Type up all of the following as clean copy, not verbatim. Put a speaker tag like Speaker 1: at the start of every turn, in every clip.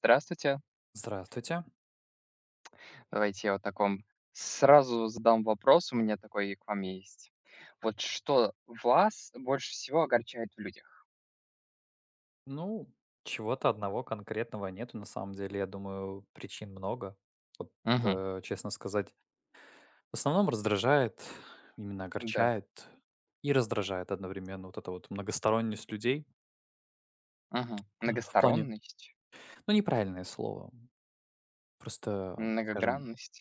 Speaker 1: Здравствуйте.
Speaker 2: Здравствуйте.
Speaker 1: Давайте я вот таком сразу задам вопрос, у меня такой к вам есть. Вот что вас больше всего огорчает в людях?
Speaker 2: Ну, чего-то одного конкретного нету, на самом деле. Я думаю, причин много. Вот,
Speaker 1: Мгм.
Speaker 2: честно сказать, в основном раздражает, именно
Speaker 1: Да.
Speaker 2: огорчает и раздражает одновременно вот эта вот многосторонность людей
Speaker 1: Мгм.
Speaker 2: в плане,
Speaker 1: Многосторонность,
Speaker 2: ну, неправильное слово, просто, скажем,
Speaker 1: многогранность.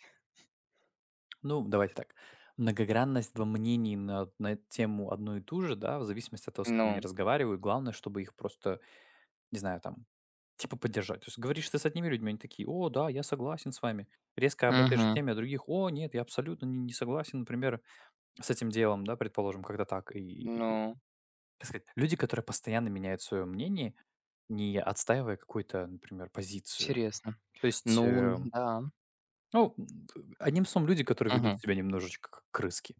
Speaker 2: ну, давайте так, многогранность во мнении на тему одну и ту же, да, в зависимости от того, с кем они
Speaker 1: Ну.
Speaker 2: разговаривают. Главное, чтобы их просто, не знаю, там, типа поддержать. То есть говоришь ты с одними людьми, они такие: "О да, я согласен с вами". Резко об этой же
Speaker 1: Мгм.
Speaker 2: теме, а других: "О нет, я абсолютно не согласен, например, с этим делом", да, предположим, когда так. И,
Speaker 1: Ну,
Speaker 2: как сказать, люди, которые постоянно меняют свое мнение, не отстаивая какую-то, например, позицию.
Speaker 1: интересно.
Speaker 2: То есть,
Speaker 1: Ну, н-да.
Speaker 2: ну, одним словом, люди, которые ведут
Speaker 1: Мгм.
Speaker 2: себя немножечко как крыски.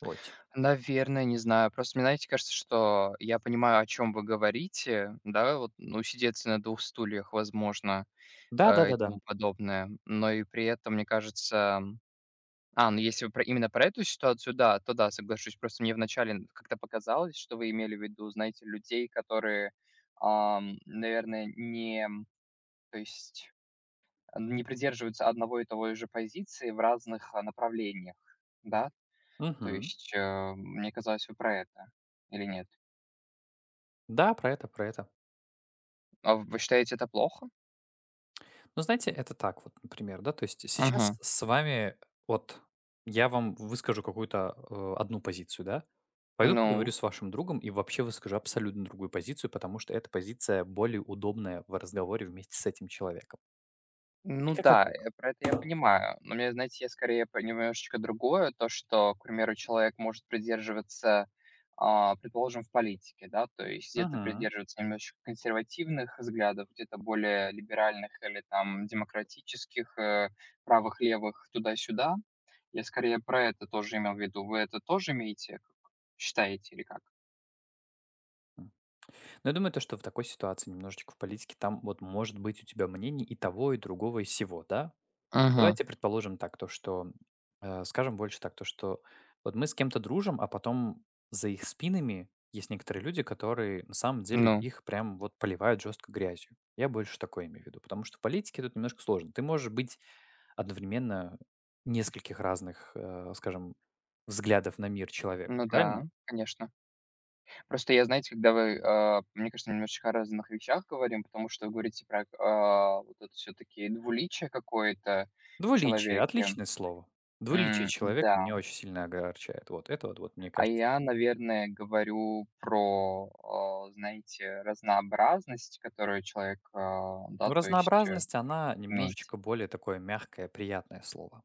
Speaker 2: Вот.
Speaker 1: Наверное, не знаю. Просто мне, знаете, кажется, что я понимаю, о чем вы говорите, да, вот, ну, сидеться на двух стульях, возможно, и
Speaker 2: Да-да-да-да.
Speaker 1: тому подобное. Но и при этом, мне кажется. А, ну если вы про именно про эту ситуацию, да, то да, соглашусь. Просто мне вначале н как-то показалось, что вы имели в виду, знаете, людей, которые, наверное, не, то есть, не придерживаются одного и того же позиции в разных, направлениях, да? То
Speaker 2: Мгм.
Speaker 1: есть, мне казалось, вы про это или нет?
Speaker 2: Да, про это, про это.
Speaker 1: А вы считаете это плохо?
Speaker 2: Ну, знаете, это так вот, например, да, то есть сейчас
Speaker 1: Мгм.
Speaker 2: с вами вот я вам выскажу какую-то одну позицию, да, пойду
Speaker 1: Ну.
Speaker 2: поговорю с вашим другом и вообще выскажу абсолютно другую позицию, потому что эта позиция более удобная в разговоре вместе с этим человеком. И
Speaker 1: Ну
Speaker 2: как-то
Speaker 1: да,
Speaker 2: так.
Speaker 1: про это я понимаю. Но мне, знаете, я скорее про немножечко другое, то, что, к примеру, человек может придерживаться, предположим, в политике, да, то есть где-то
Speaker 2: Мгм.
Speaker 1: придерживаться немножечко консервативных взглядов, где-то более либеральных или там демократических, правых, левых, туда-сюда. Я скорее про это тоже имел в виду. Вы это тоже имеете, как считаете или как?
Speaker 2: М. Но я думаю, то, что в такой ситуации немножечко в политике там вот может быть у тебя мнение и того, и другого, и всего, да?
Speaker 1: Ага.
Speaker 2: Давайте предположим так, то что, скажем больше так, то что вот мы с кем-то дружим, а потом за их спинами есть некоторые люди, которые на самом деле
Speaker 1: Ну.
Speaker 2: их прям вот поливают жестко грязью. Я больше такое имею в виду, потому что в политике тут немножко сложно. Ты можешь быть одновременно нескольких разных, скажем, взглядов на мир человека,
Speaker 1: Ну
Speaker 2: правильно?
Speaker 1: да, конечно. Просто я, знаете, когда вы, мне кажется, немножечко о разных вещах говорим, потому что вы говорите про, вот это все таки двуличие какое-то в
Speaker 2: Двуличие,
Speaker 1: человеке.
Speaker 2: отличное слово. Двуличие
Speaker 1: М,
Speaker 2: человека
Speaker 1: да.
Speaker 2: меня очень сильно огорчает. Вот это вот, вот мне
Speaker 1: А
Speaker 2: кажется.
Speaker 1: я, наверное, говорю про, знаете, разнообразность, которую человек, да,
Speaker 2: Ну,
Speaker 1: то есть,
Speaker 2: разнообразность, она
Speaker 1: иметь.
Speaker 2: немножечко более такое мягкое, приятное слово.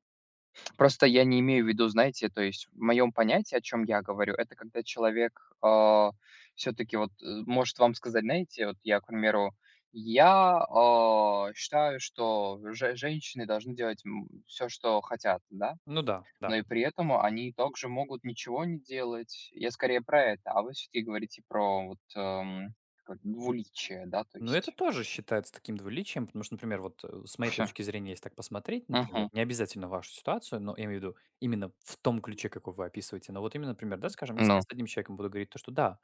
Speaker 1: Просто я не имею в виду, знаете, то есть в моем понятии, о чем я говорю, это когда человек, все-таки вот, может вам сказать, знаете, вот я, к примеру, я, считаю, что же женщины должны делать, все, что хотят, да,
Speaker 2: Ну да,
Speaker 1: но
Speaker 2: да.
Speaker 1: и при этом они также могут ничего не делать. Я скорее про это, а вы все-таки говорите про вот, как двуличие, да, то
Speaker 2: Но это
Speaker 1: есть.
Speaker 2: тоже считается таким двуличием, потому что, например, вот с моей точки зрения, если так посмотреть, например,
Speaker 1: Мгм.
Speaker 2: не обязательно вашу ситуацию, но я имею в виду именно в том ключе, какой вы описываете. Но вот именно, например, да, скажем, если я с
Speaker 1: Ну.
Speaker 2: одним человеком буду говорить то, что да,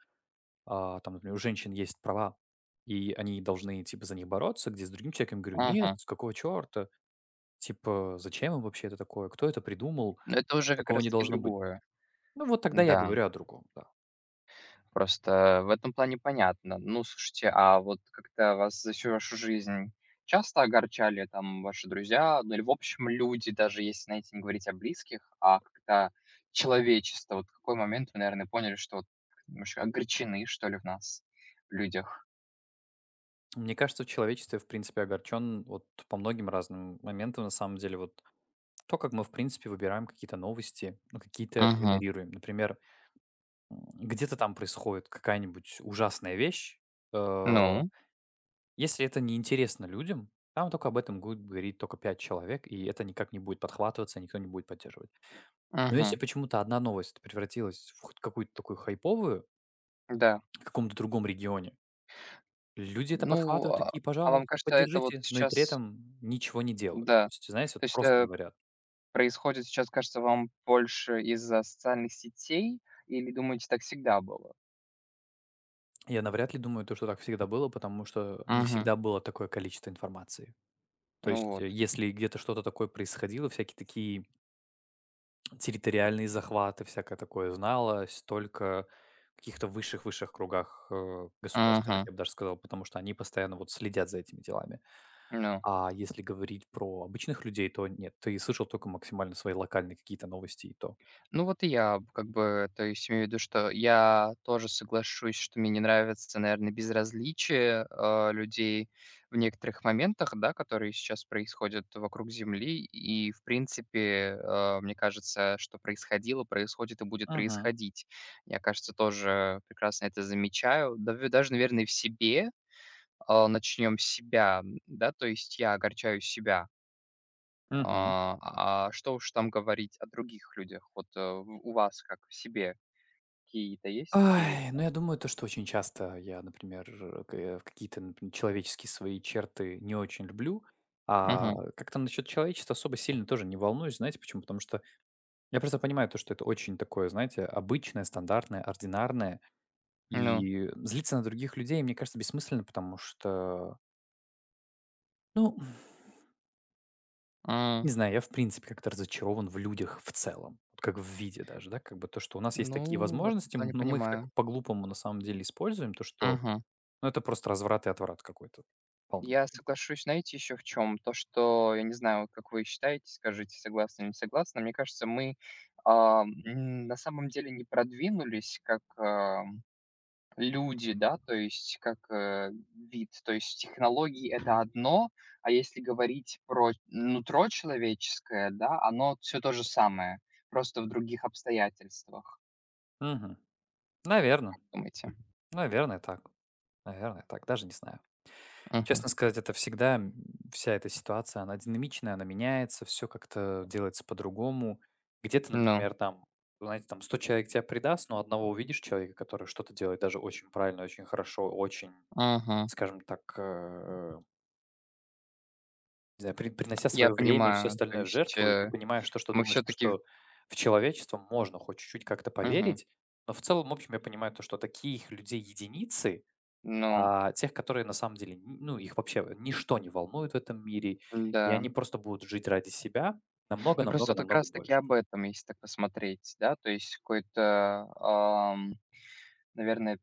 Speaker 2: а, там, например, у женщин есть права, и они должны, типа, за них бороться, где с другим человеком говорю, нет,
Speaker 1: Мгм.
Speaker 2: с какого черта, типа, зачем им вообще это такое, кто это придумал,
Speaker 1: Это уже как
Speaker 2: такого
Speaker 1: раз
Speaker 2: не
Speaker 1: таки
Speaker 2: должно быть.
Speaker 1: другое.
Speaker 2: Ну вот тогда я
Speaker 1: Да.
Speaker 2: говорю о другом, да.
Speaker 1: Просто в этом плане понятно. Ну, слушайте, а вот как-то вас за всю вашу жизнь часто огорчали там ваши друзья, ну или в общем люди, даже если, знаете, не говорить о близких, а как-то человечество? Вот в какой момент вы, наверное, поняли, что вот немножко огорчены, что ли, в нас, в людях?
Speaker 2: Мне кажется, в человечестве, в принципе, огорчен вот по многим разным моментам, на самом деле. Вот то, как мы, в принципе, выбираем какие-то новости, ну, какие-то
Speaker 1: Мгм.
Speaker 2: игнорируем. Например, где-то там происходит какая-нибудь ужасная вещь. э,
Speaker 1: Ну,
Speaker 2: Если это неинтересно людям, там только об этом будет говорить только пять человек, и это никак не будет подхватываться, никто не будет поддерживать. Но если
Speaker 1: мгм,
Speaker 2: почему-то одна новость превратилась в хоть какую-то такую хайповую
Speaker 1: да.
Speaker 2: в каком-то другом регионе, люди это
Speaker 1: Ну,
Speaker 2: подхватывают,
Speaker 1: а
Speaker 2: такие:
Speaker 1: а вам
Speaker 2: "Пожалуйста,
Speaker 1: кажется, это вот
Speaker 2: поддержите", но и при
Speaker 1: сейчас
Speaker 2: этом ничего не делают. То
Speaker 1: да.
Speaker 2: есть, знаете, вот
Speaker 1: То есть,
Speaker 2: просто говорят.
Speaker 1: происходит сейчас, кажется вам больше из-за социальных сетей, или думаете, так всегда было?
Speaker 2: Я навряд ли думаю, то, что так всегда было, потому что не
Speaker 1: Мгм.
Speaker 2: всегда было такое количество информации. То
Speaker 1: Ну
Speaker 2: есть,
Speaker 1: вот.
Speaker 2: если где-то что-то такое происходило, всякие такие территориальные захваты, всякое такое зналось только в каких-то высших-высших кругах, государственных,
Speaker 1: Мгм.
Speaker 2: я бы даже сказал, потому что они постоянно вот следят за этими делами.
Speaker 1: Ну.
Speaker 2: А если говорить про обычных людей, то нет, ты слышал только максимально свои локальные какие-то новости, и то.
Speaker 1: Ну вот и я, как бы, то есть имею в виду, что я тоже соглашусь, что мне не нравится, наверное, безразличие, людей в некоторых моментах, да, которые сейчас происходят вокруг Земли. И, в принципе, мне кажется, что происходило, происходит и будет
Speaker 2: Мгм.
Speaker 1: происходить. Я, кажется, тоже прекрасно это замечаю. Да, даже, наверное, в себе, начнем с себя, да, то есть я огорчаю себя.
Speaker 2: Мгм.
Speaker 1: А, а что уж там говорить о других людях? Вот у вас как в себе какие-то есть такие?
Speaker 2: Ай, ну, я думаю, то, что очень часто я, например, в какие-то, например, человеческие свои черты не очень люблю. А
Speaker 1: Мгм.
Speaker 2: как-то насчет человечества особо сильно тоже не волнуюсь. Знаете почему? Потому что я просто понимаю то, что это очень такое, знаете, обычное, стандартное, ординарное.
Speaker 1: Ну,
Speaker 2: И злиться на других людей, мне кажется, бессмысленно, потому что, ну, не
Speaker 1: м,
Speaker 2: знаю, я в принципе как-то разочарован в людях в целом. Вот как в виде даже, да, как бы то, что у нас есть такие
Speaker 1: ну, в этом
Speaker 2: возможности,
Speaker 1: плане
Speaker 2: но мы их так
Speaker 1: понимаю.
Speaker 2: по-глупому на самом деле используем, то, что
Speaker 1: Мгм.
Speaker 2: ну, это просто разврат и отврат какой-то
Speaker 1: Я
Speaker 2: полнейший.
Speaker 1: соглашусь, знаете, еще в чем? То, что, я не знаю, вот как вы считаете, скажите, согласны или не согласны, мне кажется, мы на самом деле не продвинулись как люди, да, то есть как, вид. То есть технологии- это одно, а если говорить про нутро человеческое, да, оно все то же самое, просто в других обстоятельствах.
Speaker 2: Мгм. Наверно,
Speaker 1: Думаете?
Speaker 2: наверное, так. Наверное, так. Даже не знаю.
Speaker 1: Мгм.
Speaker 2: Честно сказать, это всегда, вся эта ситуация, она динамичная, она меняется, все как-то делается по-другому. Где-то,
Speaker 1: Ну,
Speaker 2: например, там, знаете, там 100 человек тебя предаст, но одного увидишь человека, который что-то делает даже очень правильно, очень хорошо, очень,
Speaker 1: мгм.
Speaker 2: скажем так, не знаю, принося
Speaker 1: Я
Speaker 2: свое время и все
Speaker 1: понимаю, то
Speaker 2: остальное в
Speaker 1: есть,
Speaker 2: жертву, и ты понимаешь то, что
Speaker 1: мы
Speaker 2: думаешь,
Speaker 1: все
Speaker 2: то,
Speaker 1: таки в.
Speaker 2: что в человечество можно хоть чуть-чуть как-то поверить. Но в целом, в общем, я понимаю то, что таких людей единицы,
Speaker 1: Ну
Speaker 2: а тех, которые на самом деле, н ну, их вообще ничто не волнует в этом мире, и
Speaker 1: да.
Speaker 2: они просто будут жить ради себя намного
Speaker 1: Ну, просто
Speaker 2: намного
Speaker 1: вот как
Speaker 2: намного
Speaker 1: раз таки
Speaker 2: больше.
Speaker 1: об этом, если так посмотреть, да, то есть какой-то, наверное.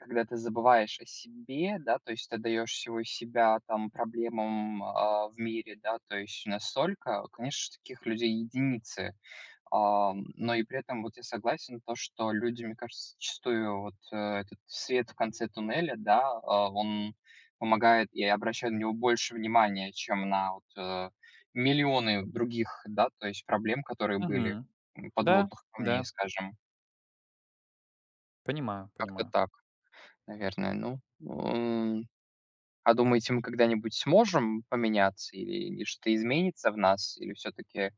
Speaker 1: Когда ты забываешь о себе, да, то есть ты даешь всего себя там проблемам, в мире, да, то есть настолько, конечно, таких людей единицы. Но и при этом вот я согласен, то, что люди, мне кажется, зачастую вот, этот свет в конце туннеля, да, он помогает и обращает на него больше внимания, чем на вот, миллионы других, да, то есть проблем, которые были,
Speaker 2: Мгм. Да,
Speaker 1: подводных
Speaker 2: да,
Speaker 1: камней, скажем.
Speaker 2: понимаю
Speaker 1: Как-то
Speaker 2: понимаю.
Speaker 1: так, наверное. Ну, а думаете, мы когда-нибудь сможем поменяться или что-то изменится в нас? Или все таки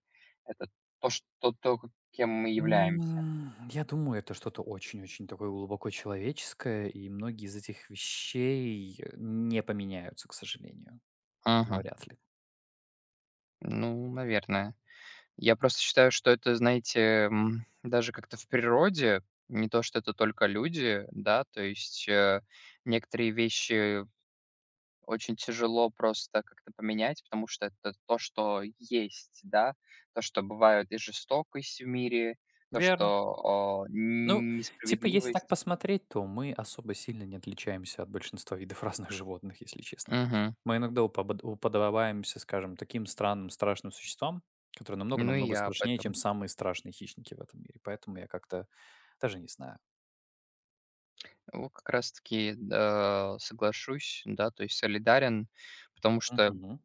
Speaker 1: это то, что то, кем мы являемся?
Speaker 2: Я думаю, это что-то очень-очень такое глубоко человеческое, и многие из этих вещей не поменяются, к сожалению. Ну,
Speaker 1: Ага.
Speaker 2: вряд ли.
Speaker 1: Ну, наверное. Я просто считаю, что это, знаете, даже как-то в природе, не то, что это только люди, да, то есть, некоторые вещи. Очень тяжело просто как-то поменять, потому что это то, что есть, да, то, что бывает и жестокость в мире, то,
Speaker 2: Верно.
Speaker 1: что,
Speaker 2: Ну, типа, если так
Speaker 1: несправедливость.
Speaker 2: посмотреть, то мы особо сильно не отличаемся от большинства видов разных животных, если честно.
Speaker 1: Мгм.
Speaker 2: Мы иногда уподобаемся, скажем, таким странным, страшным существам, которые
Speaker 1: Ну, и
Speaker 2: намного-намного
Speaker 1: я об
Speaker 2: страшнее, чем
Speaker 1: этом.
Speaker 2: самые страшные хищники в этом мире. Поэтому я как-то даже не знаю.
Speaker 1: Вот как раз таки, да, соглашусь, да, то есть солидарен, потому что
Speaker 2: Мгм.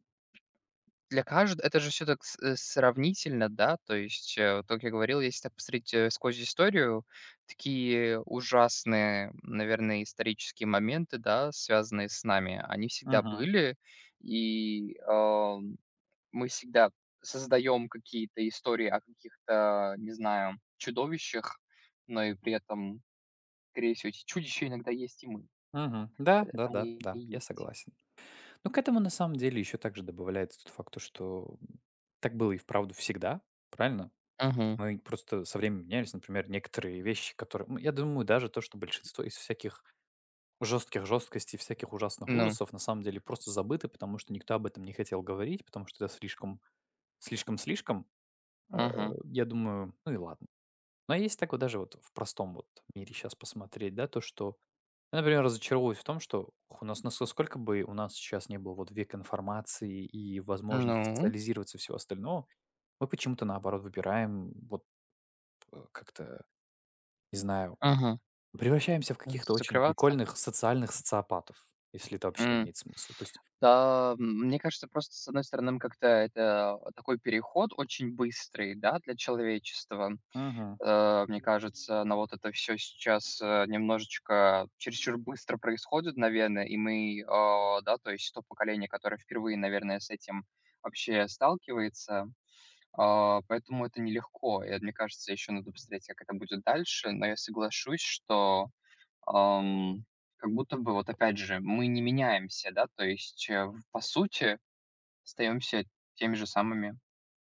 Speaker 1: для каждого это же все так сравнительно, да, то есть, вот как я говорил, если так посмотреть, сквозь историю, такие ужасные, наверное, исторические моменты, да, связанные с нами, они всегда
Speaker 2: Мгм.
Speaker 1: были. И, мы всегда создаем какие-то истории о каких-то, не знаю, чудовищах, но и при этом, скорее всего, эти чудища иногда есть и мы.
Speaker 2: Мгм. Да,
Speaker 1: Это
Speaker 2: да,
Speaker 1: мы
Speaker 2: да,
Speaker 1: и
Speaker 2: да, я
Speaker 1: есть.
Speaker 2: согласен. Ну, к этому на самом деле еще также добавляется тот факт, то, что так было и вправду всегда, правильно?
Speaker 1: Мгм.
Speaker 2: Мы просто со временем менялись, например, некоторые вещи, ну, я думаю, даже то, что большинство из всяких жестких жесткостей, всяких ужасных
Speaker 1: Ну.
Speaker 2: ужасов на самом деле просто забыты, потому что никто об этом не хотел говорить, потому что это слишком, слишком, слишком. Э,
Speaker 1: Мгм.
Speaker 2: Я думаю, ну и ладно. Но есть так вот даже вот в простом вот мире сейчас посмотреть, да, то, что я, например, разочаровываюсь в том, что у нас насколько бы у нас сейчас не было вот век информации и возможности
Speaker 1: Ну.
Speaker 2: социализироваться и всего остального, мы почему-то, наоборот, выбираем вот как-то, не знаю,
Speaker 1: Мгм.
Speaker 2: превращаемся в каких-то очень
Speaker 1: Закрываться?
Speaker 2: прикольных социальных социопатов, если это вообще
Speaker 1: М,
Speaker 2: имеет смысл. То есть,
Speaker 1: да, мне кажется, просто, с одной стороны, как-то это такой переход очень быстрый, да, для человечества.
Speaker 2: мгм,
Speaker 1: Мне кажется, но вот это все сейчас, немножечко чересчур быстро происходит, наверное, и мы, да, то есть то поколение, которое впервые, наверное, с этим вообще сталкивается, поэтому это нелегко. И, мне кажется, еще надо посмотреть, как это будет дальше, но я соглашусь, что ам, как будто бы вот опять же мы не меняемся, да, то есть, в по сути остаемся теми же самыми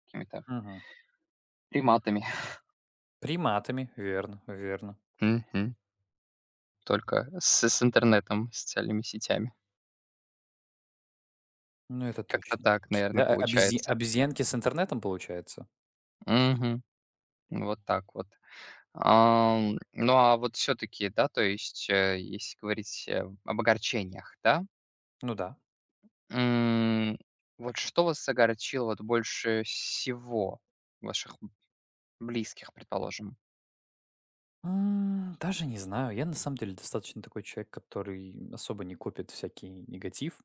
Speaker 1: какими-то
Speaker 2: мгм.
Speaker 1: приматами.
Speaker 2: Приматами, верно, верно.
Speaker 1: Мгм. Только с интернетом, с социальными сетями.
Speaker 2: Ну, это
Speaker 1: Как-то
Speaker 2: точно.
Speaker 1: так,
Speaker 2: Такие,
Speaker 1: наверное
Speaker 2: да,
Speaker 1: получается.
Speaker 2: обезьянки с интернетом, получается?
Speaker 1: Мгм. Вот так вот. Ну, а вот все таки да, то есть, если говорить, об огорчениях, да,
Speaker 2: Ну да.
Speaker 1: м, вот что вас огорчило вот больше всего? Ваших близких, предположим?
Speaker 2: Даже не знаю. Я на самом деле достаточно такой человек, который особо не копит всякий негатив.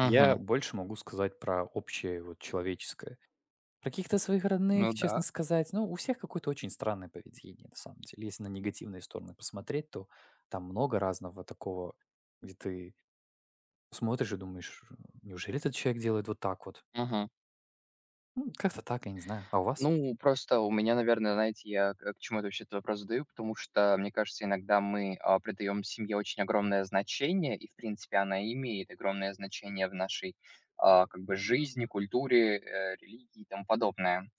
Speaker 2: Я больше могу сказать про общее вот человеческое. Про каких-то своих
Speaker 1: Ну
Speaker 2: родных, честно
Speaker 1: да.
Speaker 2: сказать, ну, у всех какое-то очень странное поведение, на самом деле. Если на негативные стороны посмотреть, то там много разного такого, где ты смотришь и думаешь, неужели этот человек делает вот так вот?
Speaker 1: Мгм.
Speaker 2: Ну, как-то так, я не знаю. А у вас?
Speaker 1: Ну, просто у меня, наверное, знаете, я к чему это вообще этот вопрос задаю, потому что, мне кажется, иногда мы придаем семье очень огромное значение, и, в принципе, она имеет огромное значение в нашей как бы жизни, культуре, религии и тому подобное.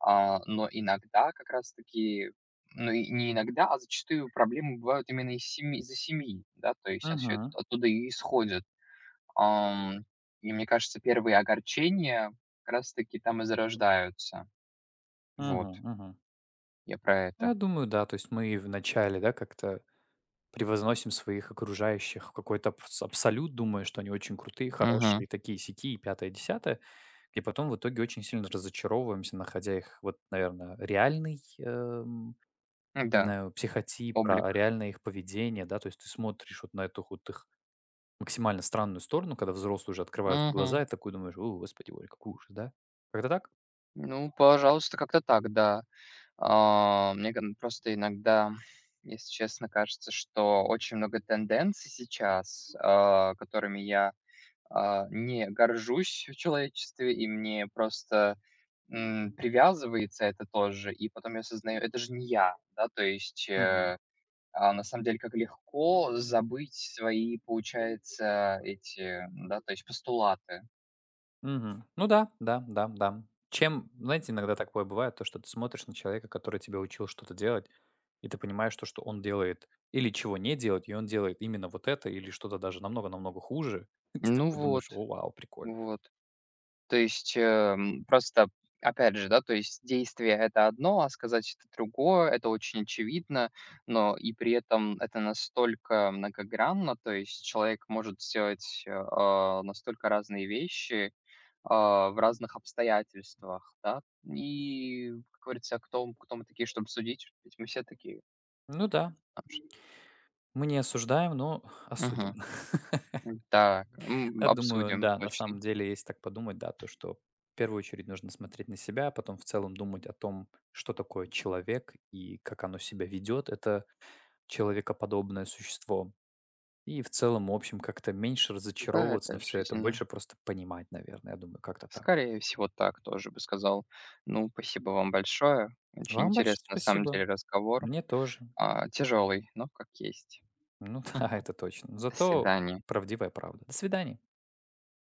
Speaker 1: А, но иногда как раз-таки, ну и не иногда, а зачастую проблемы бывают именно из семьи, из-за семьи, да, то есть все это
Speaker 2: Угу,
Speaker 1: оттуда и исходит. Ам, и мне кажется, первые огорчения как раз таки там и зарождаются.
Speaker 2: угу,
Speaker 1: Вот,
Speaker 2: угу.
Speaker 1: я про
Speaker 2: Я
Speaker 1: это.
Speaker 2: думаю, да, то есть мы и в начале, да, как-то превозносим своих окружающих в какой-то абсолют, думая, что они очень крутые,
Speaker 1: Мгм.
Speaker 2: хорошие, такие сики и пятое, десятое. И потом в итоге очень сильно разочаровываемся, находя их, вот, наверное, реальный, не
Speaker 1: Да,
Speaker 2: знаю, психотип, а,
Speaker 1: облик.
Speaker 2: реальное их поведение, да. То есть ты смотришь вот на эту вот их максимально странную сторону, когда взрослые уже открывают
Speaker 1: Мгм.
Speaker 2: глаза и такой думаешь: "О, господи, Боже, какой ужас", да? Как-то так?
Speaker 1: Ну, пожалуйста, как-то так, да. Просто иногда, если честно, кажется, что очень много тенденций сейчас, которыми я не горжусь в человечестве, и мне просто привязывается это тоже, и потом я осознаю, это же не я, да, то есть. А, на самом деле, как легко забыть свои, получается, эти, да, то есть постулаты.
Speaker 2: Мгм. Ну да, да, да, да. Чем, знаете, иногда такое бывает, то, что ты смотришь на человека, который тебя учил что-то делать, и ты понимаешь то, что он делает или чего не делает, и он делает именно вот это или что-то даже намного-намного хуже. И ты
Speaker 1: Ну
Speaker 2: такой думаешь,
Speaker 1: вот,
Speaker 2: о, вау, прикольно.
Speaker 1: вот. То есть, просто, опять же, да, то есть действие это одно, а сказать это другое, это очень очевидно, но и при этом это настолько многогранно, то есть человек может сделать настолько разные вещи в разных обстоятельствах, да. И, как говорится, кто мы такие, чтобы судить? Ведь мы все такие.
Speaker 2: Ну да,
Speaker 1: а
Speaker 2: мы не осуждаем, но осудим.
Speaker 1: Мгм. Да,
Speaker 2: Я думаю,
Speaker 1: обсудим
Speaker 2: да, на самом
Speaker 1: точно.
Speaker 2: деле, если так подумать, да, то, что в первую очередь нужно смотреть на себя, а потом в целом думать о том, что такое человек и как оно себя ведет, это человекоподобное существо. И в целом, в общем, как-то меньше
Speaker 1: Да,
Speaker 2: разочаровываться
Speaker 1: это
Speaker 2: на все это,
Speaker 1: жизнь.
Speaker 2: больше просто понимать, наверное, я думаю, как-то так.
Speaker 1: Скорее всего, так тоже бы сказал. Ну, спасибо вам большое. Очень
Speaker 2: Вам большое
Speaker 1: интересный на самом
Speaker 2: спасибо.
Speaker 1: деле разговор.
Speaker 2: Мне тоже.
Speaker 1: А, тяжелый, но как есть.
Speaker 2: Ну
Speaker 1: Хм.
Speaker 2: да, это точно.
Speaker 1: До
Speaker 2: Зато
Speaker 1: свидания.
Speaker 2: правдивая правда. До свидания.